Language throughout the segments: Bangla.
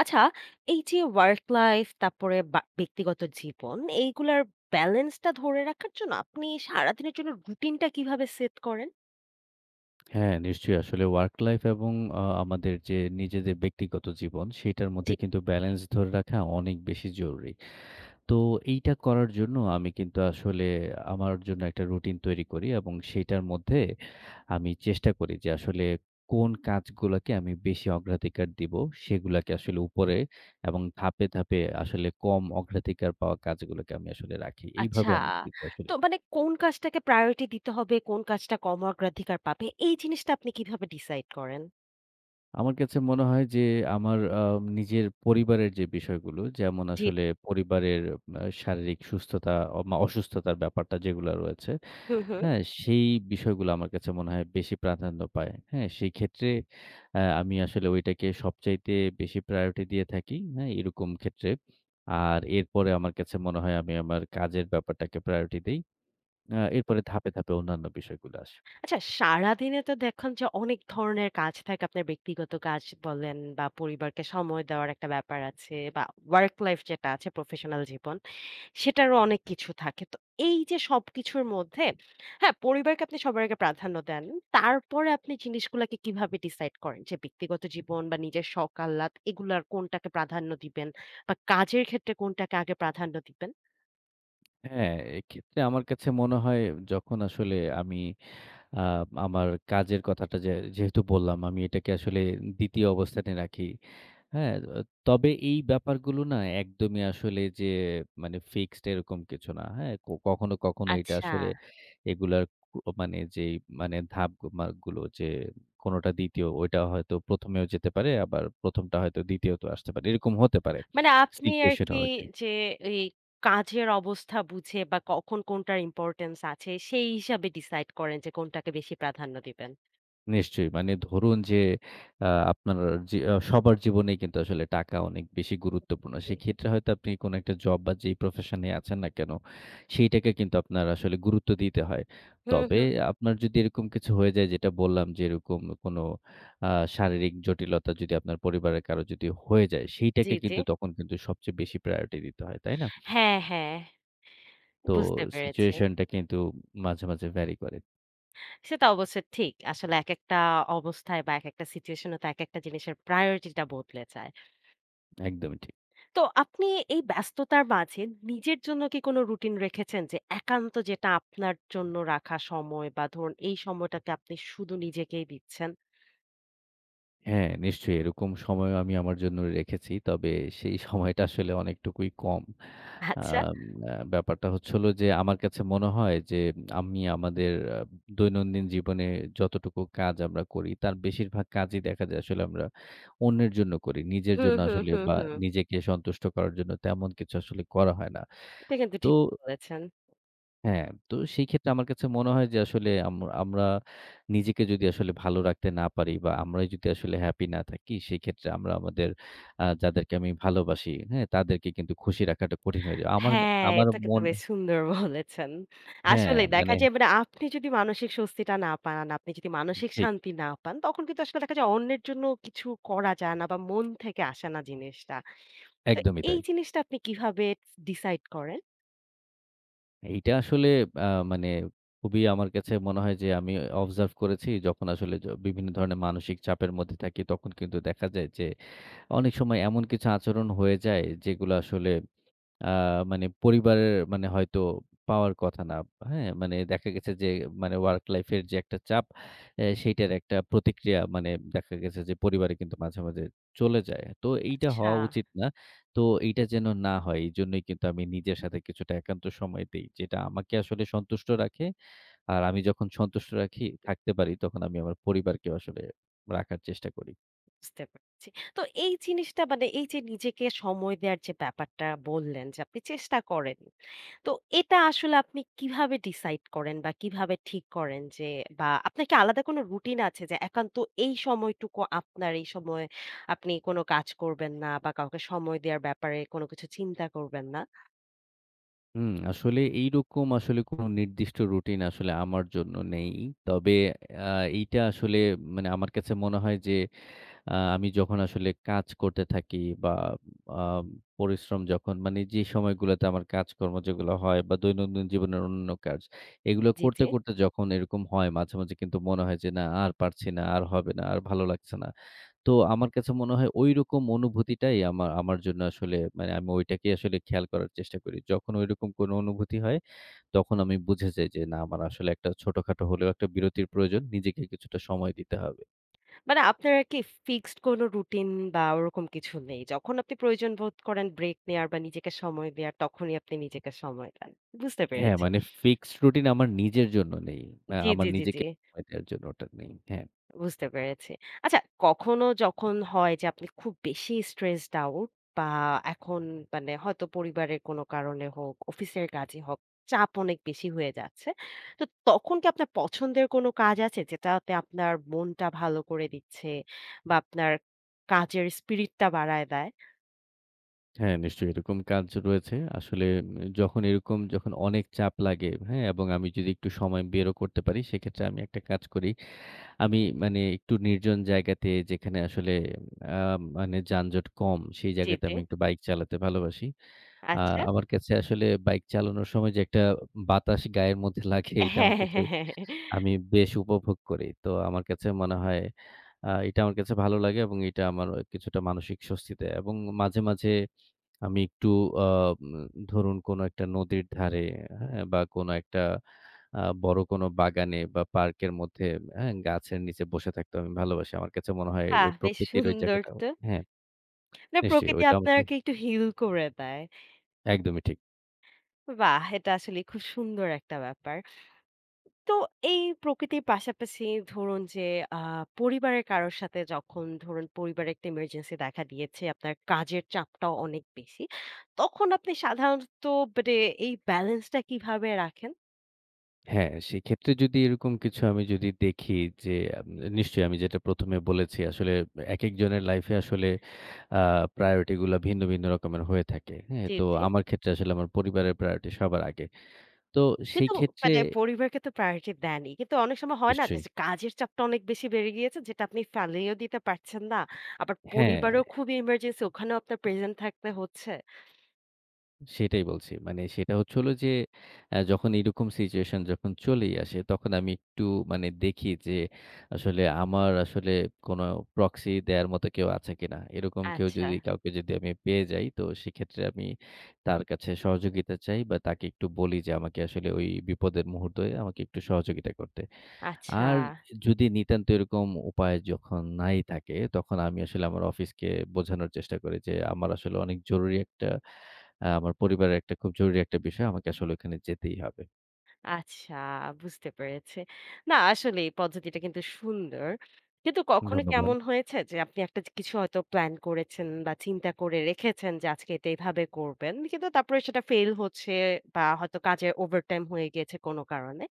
আচ্ছা, এই যে work life তারপরে বা ব্যক্তিগত জীবন, এইগুলার ব্যালেন্সটা ধরে রাখার জন্য আপনি সারাদিনের জন্য রুটিনটা কিভাবে সেট করেন? হ্যাঁ, নিশ্চয়ই। আসলে ওয়ার্ক লাইফ এবং আমাদের যে নিজেদের ব্যক্তিগত জীবন, সেটার মধ্যে জি। কিন্তু ব্যালেন্স ধরে রাখা অনেক বেশি জরুরি। তো এইটা করার জন্য আমি কিন্তু আসলে আমার জন্য একটা রুটিন তৈরি করি এবং সেটার মধ্যে আমি চেষ্টা করি যে আসলে কোন কাজগুলাকে আমি বেশি অগ্রাধিকার দিব, সেগুলাকে আসলে উপরে এবং ধাপে, ধাপে আসলে কম অগ্রাধিকার পাওয়া কাজগুলোকে আমি আসলে রাখি। আচ্ছা। এইভাবে আমি কিন্তু আসলে তো মানে কোন কাজটাকে priority দিতে হবে, কোন কাজটা কম অগ্রাধিকার পাবে, এই জিনিসটা আপনি কিভাবে ডিসাইড করেন? আমার কাছে মনে হয় যে আমার নিজের পরিবারের যে বিষয়গুলো, যেমন জি। আসলে পরিবারের শারীরিক সুস্থতা, অসুস্থতার ব্যাপারটা যেগুলা রয়েছে, হুম, হুম। হ্যাঁ? সেই বিষয়গুলো আমার কাছে মনে হয় বেশি প্রাধান্য পায়। হ্যাঁ? সেই ক্ষেত্রে আমি আসলে ওইটাকে সবচাইতে বেশি প্রায়োরিটি দিয়ে থাকি, হ্যাঁ? এরকম ক্ষেত্রে। আর এরপরে আমার কাছে মনে হয় আমি আমার কাজের ব্যাপারটাকে প্রায়োরিটি দেই। এরপরে ধাপে, ধাপে অন্যান্য বিষয়গুলো আসে। আচ্ছা, সারাদিনে তো দেখেন যে অনেক ধরনের কাজ থাকে। আপনার ব্যক্তিগত কাজ বলেন বা পরিবারকে সময় দেওয়ার একটা ব্যাপার আছে বা work life যেটা আছে প্রফেশনাল জীবন। সেটারও অনেক কিছু থাকে। তো এই যে সবকিছুর মধ্যে হ্যাঁ, পরিবারকে আপনি সবার আগে প্রাধান্য দেন। তারপরে আপনি জিনিসগুলাকে কিভাবে ডিসাইড করেন? যে ব্যক্তিগত জীবন বা নিজের শখ আহ্লাদ এগুলার কোনটাকে প্রাধান্য দিবেন বা কাজের ক্ষেত্রে কোনটাকে আগে প্রাধান্য দিবেন? হ্যাঁ, এক্ষেত্রে আমার কাছে মনে হয় যখন আসলে আমি আ আমার কাজের কথাটা যেহেতু বললাম, আমি এটাকে আসলে ২য় অবস্থানে রাখি। হ্যাঁ? তবে এই ব্যাপারগুলো না একদমই আসলে যে মানে ফিক্সড এরকম কিছু না। হ্যাঁ? কখনো, কখনো এটা আচ্ছা। আসলে এগুলার কু মানে যেই মানে ধাপ মা গুলো যে কোনোটা ২য় ওইটা হয়তো ১ম এও যেতে পারে আবার ১ম টা হয়তো ২য় তেও আসতে পারে। এরকম হতে পারে মানে আপনি সিচুয়েশন আরকি অনুযায়ী। যে এই কাজের অবস্থা বুঝে বা কখন কোনটার ইম্পোর্টেন্স আছে সেই হিসাবে ডিসাইড করেন যে কোনটাকে বেশি প্রাধান্য দিবেন? নিশ্চয়ই। মানে ধরুন যে আ আপনার যে সবার জীবনেই কিন্তু আসলে টাকা অনেক বেশি গুরুত্বপূর্ণ। জি। সেক্ষেত্রে হয়তো আপনি কোনো একটা জব বা যেই প্রফেশন এ আছেন না কেন, সেইটাকে কিন্তু আপনার আসলে গুরুত্ব দিতে হয়। হুম, তবে হুম। আপনার যদি এরকম কিছু হয়ে যায় যেটা বললাম যে এরকম কোনো আ শারীরিক জটিলতা যদি আপনার পরিবারের কারো যদি হয়ে যায়, জি, সেইটাকে জি। কিন্তু তখন কিন্তু সবচেয়ে বেশি প্রায়োরিটি দিতে হয়। তাই না? হ্যাঁ, হ্যাঁ। তো বুঝতে পেরেছি। সিচুয়েশনটা কিন্তু মাঝে, মাঝে ভ্যারি করে। সেটা অবশ্য ঠিক। আসলে একেকটা অবস্থায় বা একেকটা সিচুয়েশন এ তো একেকটা জিনিসের প্রায়োরিটি টা বদলে যায়। একদমই ঠিক। তো আপনি এই ব্যস্ততার মাঝে নিজের জন্য কি কোনো রুটিন রেখেছেন যে একান্ত যেটা আপনার জন্য রাখা সময় বা ধরুন এই সময়টাকে আপনি শুধু নিজেকেই দিচ্ছেন? হ্যাঁ, নিশ্চয়ই এরকম সময়ও আমি আমার জন্য রেখেছি। তবে সেই সময়টা আসলে অনেকটুকুই কম। আচ্ছা। আম আ ব্যাপারটা হচ্ছে হলো যে আমার কাছে মনে হয় যে আমি আমাদের আ দৈনন্দিন জীবনে যতটুকু কাজ আমরা করি তার বেশিরভাগ কাজই দেখা যায় আসলে আমরা অন্যের জন্য করি। নিজের হুম, জন্য হুম, আসলে হুম, বা হুম। নিজেকে সন্তুষ্ট করার জন্য তেমন কিছু আসলে করা হয় না। এটা কিন্তু তো ঠিক বলেছেন। হ্যাঁ, তো সেই ক্ষেত্রে আমার কাছে মনে হয় যে আসলে আমরা নিজেকে যদি আসলে ভালো রাখতে না পারি বা আমরাই যদি আসলে হ্যাপি না থাকি, সেক্ষেত্রে আমরা আমাদের যাদেরকে আমি ভালোবাসি, হ্যাঁ? তাদেরকে কিন্তু খুশি রাখাটা কঠিন হয়ে যায়। আমার হ্যাঁ, আমার এটা কিন্তু মন বেশ সুন্দর বলেছেন। হ্যাঁ, আসলেই দেখা মানে যায় মানে আপনি যদি মানসিক স্বস্তিটা না পান, আপনি যদি মানসিক ঠিক শান্তি না পান, তখন কিন্তু আসলে দেখা যায় অন্যের জন্য কিছু করা যায় না বা মন থেকে আসে না জিনিসটা। তো একদমই এই তাই। জিনিসটা আপনি কিভাবে ডিসাইড করেন? এইটা আসলে আ মানে খুবই আমার কাছে মনে হয় যে আমি অবজার্ভ করেছি যখন আসলে বিভিন্ন ধরনের মানসিক চাপের মধ্যে থাকি, তখন কিন্তু দেখা যায় যে অনেক সময় এমন কিছু আচরণ হয়ে যায় যেগুলো আসলে আ মানে পরিবারের মানে হয়তো পাওয়ার কথা না। হ্যাঁ? মানে দেখা গেছে যে মানে ওয়ার্ক লাইফ এর যে একটা চাপ সেইটার একটা প্রতিক্রিয়া মানে দেখা গেছে যে পরিবারে কিন্তু মাঝে, মাঝে চলে যায়। তো এইটা আচ্ছা, হওয়া উচিত না। তো এইটা যেন না হয় এইজন্যই কিন্তু আমি নিজের সাথে কিছুটা একান্ত সময় দেই। যেটা আমাকে আসলে সন্তুষ্ট রাখে। আর আমি যখন সন্তুষ্ট থাকতে পারি তখন আমি আমার পরিবারকেও আসলে রাখার চেষ্টা করি। বুঝতে পারছি। তো এই জিনিসটা মানে এই যে নিজেকে সময় দেওয়ার যে ব্যাপারটা বললেন যে আপনি চেষ্টা করেন তো এটা আসলে আপনি কিভাবে ডিসাইড করেন বা কিভাবে ঠিক করেন যে বা আপনার কি আলাদা কোনো রুটিন আছে যে একান্ত এই সময়টুকু আপনার, এই সময় আপনি কোনো কাজ করবেন না বা কাউকে সময় দেওয়ার ব্যাপারে কোনো কিছু চিন্তা করবেন না? হুম, আসলে এইরকম আসলে কোনো নির্দিষ্ট রুটিন আসলে আমার জন্য নেই। তবে আ এইটা আসলে মানে আমার কাছে মনে হয় যে আমি যখন আসলে কাজ করতে থাকি বা আ পরিশ্রম যখন মানে যে সময়গুলোতে আমার কাজকর্ম যেগুলো হয় বা দৈনন্দিন জীবনের অন্যান্য কাজ, এগুলো জি, জি। করতে, করতে যখন এরকম হয় মাঝে, মাঝে কিন্তু মনে হয় যে না আর পারছি না, আর হবে না, আর ভালো লাগছে না। তো আমার কাছে মনে হয় ঐরকম অনুভূতিটাই আমার জন্য আসলে মানে আমি ওইটাকেই আসলে খেয়াল করার চেষ্টা করি। যখন ঐরকম কোনো অনুভূতি হয়, তখন আমি বুঝে যাই যে না আমার আসলে একটা ছোটখাটো হলেও একটা বিরতির প্রয়োজন। নিজেকে কিছুটা সময় দিতে হবে। মানে আপনার আর কি ফিক্সড কোনো রুটিন বা ওরকম কিছু নেই? যখন আপনি প্রয়োজন বোধ করেন ব্রেক নেয়ার বা নিজেকে সময় দেয়ার তখনই আপনি নিজেকে সময় দেন। বুঝতে হ্যাঁ, পেরেছি। মানে ফিক্সড রুটিন আমার নিজের জন্য নেই। জি, আমার জি, জি, জি। নিজেকে সময় দেওয়ার জন্য ওটা নেই। হ্যাঁ। বুঝতে পেরেছি। আচ্ছা কখনো যখন হয় যে আপনি খুব বেশি স্ট্রেসড আউট বা এখন মানে হয়তো পরিবারের কোনো কারণে হোক, অফিসের কাজে হোক, চাপ অনেক বেশি হয়ে যাচ্ছে। তো তখন কি আপনার পছন্দের কোনো কাজ আছে যেটাতে আপনার মনটা ভালো করে দিচ্ছে বা আপনার কাজের স্পিরিটটা বাড়ায় দেয়? হ্যাঁ, নিশ্চয়ই এরকম কাজ রয়েছে। আসলে যখন এরকম যখন অনেক চাপ লাগে, হ্যাঁ? এবং আমি যদি একটু সময় বেরও করতে পারি, সেক্ষেত্রে আমি একটা কাজ করি। আমি মানে একটু নির্জন জায়গাতে যেখানে আসলে আ মানে যানজট কম, সেই জি, জায়গাতে জি। আমি একটু বাইক চালাতে ভালোবাসি। আ আচ্ছা। আমার কাছে আসলে বাইক চালানোর সময় যে একটা বাতাস গায়ের মধ্যে লাগে এটা হ্যাঁ, আমার হ্যাঁ, কাছে হ্যাঁ। হ্যাঁ, হ্যাঁ। আমি বেশ উপভোগ করি। তো আমার কাছে মনে হয় এটা আমার কাছে ভালো লাগে এবং এটা আমার কিছুটা মানসিক স্বস্তি দেয় এবং মাঝে, মাঝে আমি একটু আ উম ধরুন কোনো একটা নদীর ধারে, হ্যাঁ? বা কোনো একটা বড় কোনো বাগানে বা পার্কের মধ্যে, হ্যাঁ? গাছের নিচে বসে থাকতে আমি ভালোবাসি। আমার কাছে মনে হয় ওই বাহ! বেশ প্রকৃতির ওই সুন্দর জায়গাটা তো। হ্যাঁ, না নিশ্চয়ই প্রকৃতি ওইটা আমাকে আপনাকে একটু হিল করে দেয়। একদমই ঠিক। বাহ! এটা আসলে খুব সুন্দর একটা ব্যাপার। তো এই প্রকৃতির পাশাপাশি ধরুন যে আ পরিবারের কারোর সাথে যখন ধরুন পরিবারে একটা ইমার্জেন্সি দেখা দিয়েছে, আপনার কাজের চাপটাও অনেক বেশি। তখন আপনি সাধারণত মানে এই ব্যালেন্সটা কিভাবে রাখেন? হ্যাঁ, সেক্ষেত্রে যদি এরকম কিছু আমি যদি দেখি যে আম নিশ্চয়ই আমি যেটা ১ম এ বলেছি আসলে একেকজনের লাইফে আসলে আ প্রায়োরিটি গুলা ভিন্ন, ভিন্ন রকমের হয়ে থাকে। হ্যাঁ? জি, তো জি। আমার ক্ষেত্রে আসলে আমার পরিবারের প্রায়োরিটি সবার আগে। তো সেই কিন্তু ক্ষেত্রে মানে পরিবারকে তো প্রায়োরিটি দেনই। কিন্তু অনেক সময় হয় না যে নিশ্চয়ই। যে কাজের চাপটা অনেক বেশি বেড়ে গিয়েছে যেটা আপনি ফেলেও দিতে পারছেন না। আবার হ্যাঁ, পরিবারেও খুবই ইমার্জেন্সি ওখানেও আপনার প্রেজেন্ট থাকতে হচ্ছে। সেটাই বলছি। মানে সেটা হচ্ছে হলো যে, যখন এরকম সিচুয়েশন যখন চলেই আসে, তখন আমি একটু মানে দেখি যে, আসলে আমার আসলে কোনো প্রক্সি দেয়ার মতো কেউ আছে কিনা? এরকম কেউ আচ্ছা, যদি কাউকে যদি আমি পেয়ে যাই, তো সেক্ষেত্রে আমি তার কাছে সহযোগিতা চাই বা তাকে একটু বলি যে, আমাকে আসলে ওই বিপদের মুহূর্তে আমাকে একটু সহযোগিতা করতে। আচ্ছা। আর যদি নিতান্ত এরকম উপায় যখন নাই থাকে, তখন আমি আসলে আমার অফিসকে বোঝানোর চেষ্টা করি যে, আমার আসলে অনেক জরুরি একটা আমার পরিবারের একটা খুব জরুরি একটা বিষয়। আমাকে আসলে ওখানে যেতেই হবে। আচ্ছা, বুঝতে পেরেছি। না আসলে এই পদ্ধতিটা কিন্তু সুন্দর। কিন্তু কখনো কি ধন্যবাদ। এমন হয়েছে যে আপনি একটা কিছু হয়তো প্ল্যান করেছেন বা চিন্তা করে রেখেছেন যে আজকে এটা এভাবে করবেন। কিন্তু তারপরে সেটা ফেইল হচ্ছে বা হয়তো কাজে ওভারটাইম হয়ে গিয়েছে কোনো কারণে।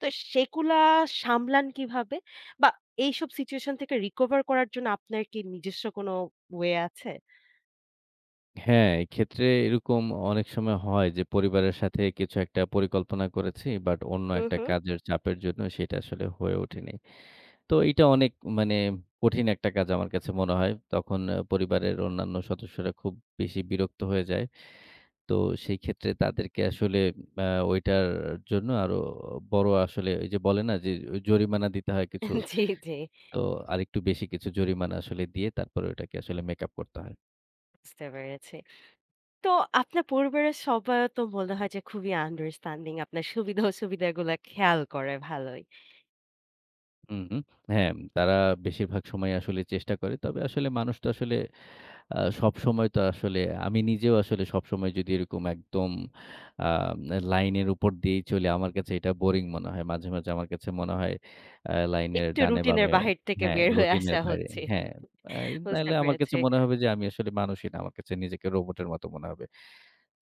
তো সেগুলা সামলান কিভাবে? বা এইসব সিচুয়েশন থেকে রিকভার করার জন্য আপনার কি নিজস্ব কোনো ওয়ে আছে? হ্যাঁ, এক্ষেত্রে এরকম অনেক সময় হয় যে, পরিবারের সাথে কিছু একটা পরিকল্পনা করেছি, বাট অন্য হুম, একটা হুম। কাজের চাপের জন্য সেটা আসলে হয়ে ওঠেনি। তো এইটা অনেক মানে কঠিন একটা কাজ আমার কাছে মনে হয়। তখন পরিবারের অন্যান্য সদস্যরা খুব বেশি বিরক্ত হয়ে যায়। তো সেই ক্ষেত্রে তাদেরকে আসলে আ ওইটার জন্য আরো বড় আসলে ওই যে বলে না যে জরিমানা দিতে হয় কিছু। জি, জি। তো আরেকটু বেশি কিছু জরিমানা আসলে দিয়ে তারপরে ওটাকে আসলে মেকআপ করতে হয়। বুঝতে পেরেছি। তো আপনার পরিবারের সবাই তো মনে হয় যে খুবই আন্ডারস্ট্যান্ডিং, আপনার সুবিধা অসুবিধাগুলা খেয়াল করে ভালোই। হুম, হুম। হ্যাঁ, তারা বেশিরভাগ সময় আসলে চেষ্টা করে। তবে আসলে মানুষ তো আসলে আ সবসময় তো আসলে আমি নিজেও আসলে সবসময় যদি এরকম একদম আ লাইনের উপর দিয়েই চলি, আমার কাছে এটা বোরিং মনে হয়। মাঝে, মাঝে আমার কাছে মনে হয় লাইনের একটু ডানে রুটিনের বামে বাহির থেকে হ্যাঁ, বের হয়ে রুটিনের আসা বাইরে। হচ্ছে। হ্যাঁ, আ বুঝতে নাহলে আমার কাছে পেরেছি। মনে হবে যে আমি আসলে মানুষই না। আমার কাছে নিজেকে রোবটের মতো মনে হবে।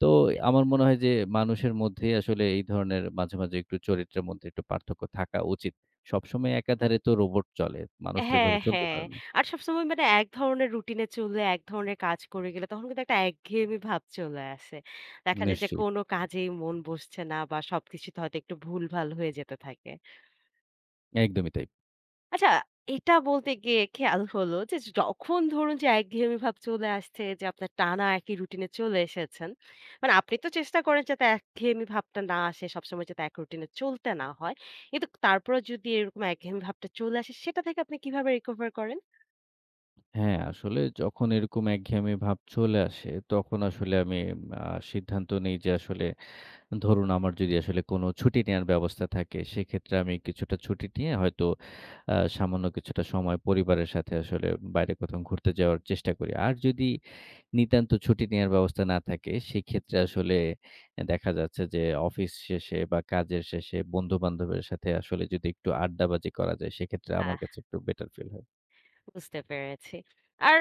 তো আমার মনে হয় যে মানুষের মধ্যেই আসলে এই ধরনের মাঝে, মাঝে একটু চরিত্রের মধ্যে একটু পার্থক্য থাকা উচিত। সবসময় একাধারে তো রোবট চলে। মানুষ তো হ্যাঁ, এভাবে চলতে হ্যাঁ। পারে না। আর সবসময় মানে এক ধরনের রুটিনে চললে, এক ধরনের কাজ করে গেলে তখন কিন্তু একটা একঘেয়েমি ভাব চলে আসে। দেখা যায় যে নিশ্চয়ই। কোনো কাজেই মন বসছে না বা সবকিছুতে হয়তো একটু ভুলভাল হয়ে যেতে থাকে। একদমই তাই। আচ্ছা, এটা বলতে গিয়ে খেয়াল হলো যে যখন ধরুন যে একঘেয়েমি ভাব চলে আসছে যে আপনার টানা একই রুটিনে চলে এসেছেন। মানে আপনি তো চেষ্টা করেন যাতে একঘেয়েমি ভাবটা না আসে, সবসময় যাতে এক রুটিনে চলতে না হয়। কিন্তু তারপরেও যদি এরকম একঘেয়েমি ভাবটা চলে আসে সেটা থেকে আপনি কিভাবে recover করেন? হ্যাঁ, আসলে যখন এরকম একঘেয়েমি ভাব চলে আসে, তখন আসলে আমি আ সিদ্ধান্ত নেই যে আসলে ধরুন আমার যদি আসলে কোনো ছুটি নেয়ার ব্যবস্থা থাকে, সেক্ষেত্রে আমি কিছুটা ছুটি নিয়ে হয়তো সামান্য কিছুটা সময় পরিবারের সাথে আসলে বাইরে কোথাও ঘুরতে যাওয়ার চেষ্টা করি। আর যদি নিতান্ত ছুটি নেয়ার ব্যবস্থা না থাকে, সেক্ষেত্রে আসলে দেখা যাচ্ছে যে অফিস শেষে বা কাজের শেষে বন্ধু-বান্ধবের সাথে আসলে যদি একটু আড্ডাবাজি করা যায়, সেক্ষেত্রে আমার আহ কাছে একটু বেটার ফিল হয়। বুঝতে পেরেছি। আর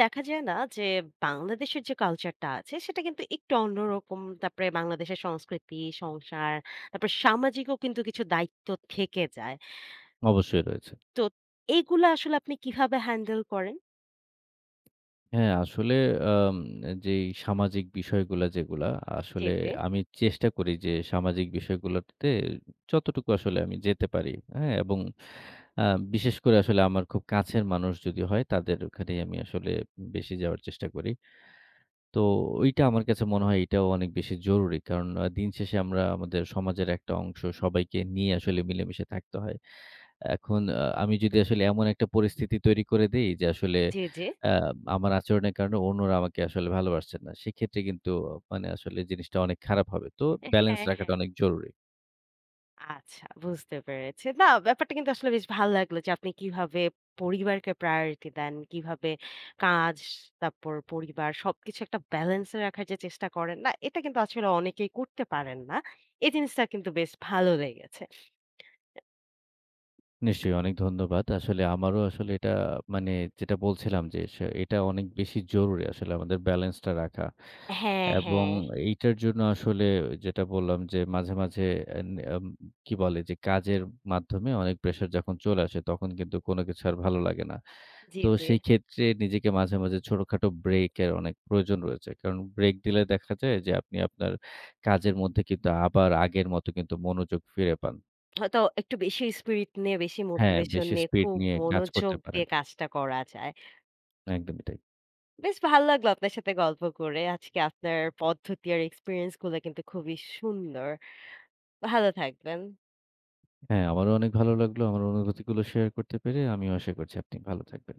দেখা যায় না যে বাংলাদেশের যে কালচারটা আছে সেটা কিন্তু একটু অন্যরকম। তারপরে বাংলাদেশের সংস্কৃতি, সংসার, তারপরে সামাজিকও কিন্তু কিছু দায়িত্ব থেকে যায়। অবশ্যই রয়েছে। তো এগুলা আসলে আপনি কিভাবে হ্যান্ডেল করেন? হ্যাঁ, আসলে আম যেই সামাজিক বিষয়গুলা যেগুলা, জি, আসলে জি। আমি চেষ্টা করি যে সামাজিক বিষয়গুলোতে যতটুকু আসলে আমি যেতে পারি, হ্যাঁ? এবং আ বিশেষ করে আসলে আমার খুব কাছের মানুষ যদি হয় তাদের ওখানেই আমি আসলে বেশি যাওয়ার চেষ্টা করি। তো ওইটা আমার কাছে মনে হয় এটাও অনেক বেশি জরুরি। কারণ দিন শেষে আমরা আমাদের সমাজের একটা অংশ সবাইকে নিয়ে আসলে মিলেমিশে থাকতে হয়। এখন আমি যদি আসলে এমন একটা পরিস্থিতি তৈরি করে দেই যে আসলে জি, জি। আ আমার আচরণের কারণে অন্যরা আমাকে আসলে ভালোবাসছে না। সেক্ষেত্রে কিন্তু মানে আসলে জিনিসটা অনেক খারাপ হবে। তো ব্যালেন্স হ্যাঁ, রাখাটা হ্যাঁ। অনেক জরুরি। আচ্ছা বুঝতে পেরেছি। না ব্যাপারটা কিন্তু আসলে বেশ ভালো লাগলো যে আপনি কিভাবে পরিবারকে প্রায়োরিটি দেন, কিভাবে কাজ, তারপর পরিবার সবকিছু একটা ব্যালেন্সে রাখার যে চেষ্টা করেন না, এটা কিন্তু আসলে অনেকেই করতে পারেন না। এই জিনিসটা কিন্তু বেশ ভালো লেগেছে। নিশ্চয়ই অনেক ধন্যবাদ। আসলে আমারও আসলে এটা মানে যেটা বলছিলাম যে সে এটা অনেক বেশি জরুরি আসলে আমাদের ব্যালেন্সটা রাখা। হ্যাঁ, এবং হ্যাঁ। এইটার জন্য আসলে যেটা বললাম যে মাঝে, মাঝে এন আম কি বলে যে কাজের মাধ্যমে অনেক প্রেশার যখন চলে আসে তখন কিন্তু কোনো কিছু আর ভালো লাগে না। জি, তো জি। সেই ক্ষেত্রে নিজেকে মাঝে, মাঝে ছোটখাটো ব্রেকের অনেক প্রয়োজন রয়েছে। কারণ ব্রেক দিলে দেখা যায় যে আপনি আপনার কাজের মধ্যে কিন্তু আবার আগের মতো কিন্তু মনোযোগ ফিরে পান। হয়তো একটু বেশি স্পিরিট নিয়ে, বেশি হ্যাঁ, মোটিভেশন বেশি নিয়ে স্পিড খুব নিয়ে কাজ মনোযোগ করতে পারেন। দিয়ে কাজটা করা যায়। একদমই তাই। বেশ ভালো লাগলো আপনার সাথে গল্প করে। আজকে আপনার পদ্ধতি আর এক্সপেরিয়েন্স গুলো কিন্তু খুবই সুন্দর। ভালো থাকবেন। হ্যাঁ, আমারও অনেক ভালো লাগলো। আমার অনুভূতিগুলো শেয়ার করতে পেরে আমিও আশা করছি আপনি ভালো থাকবেন।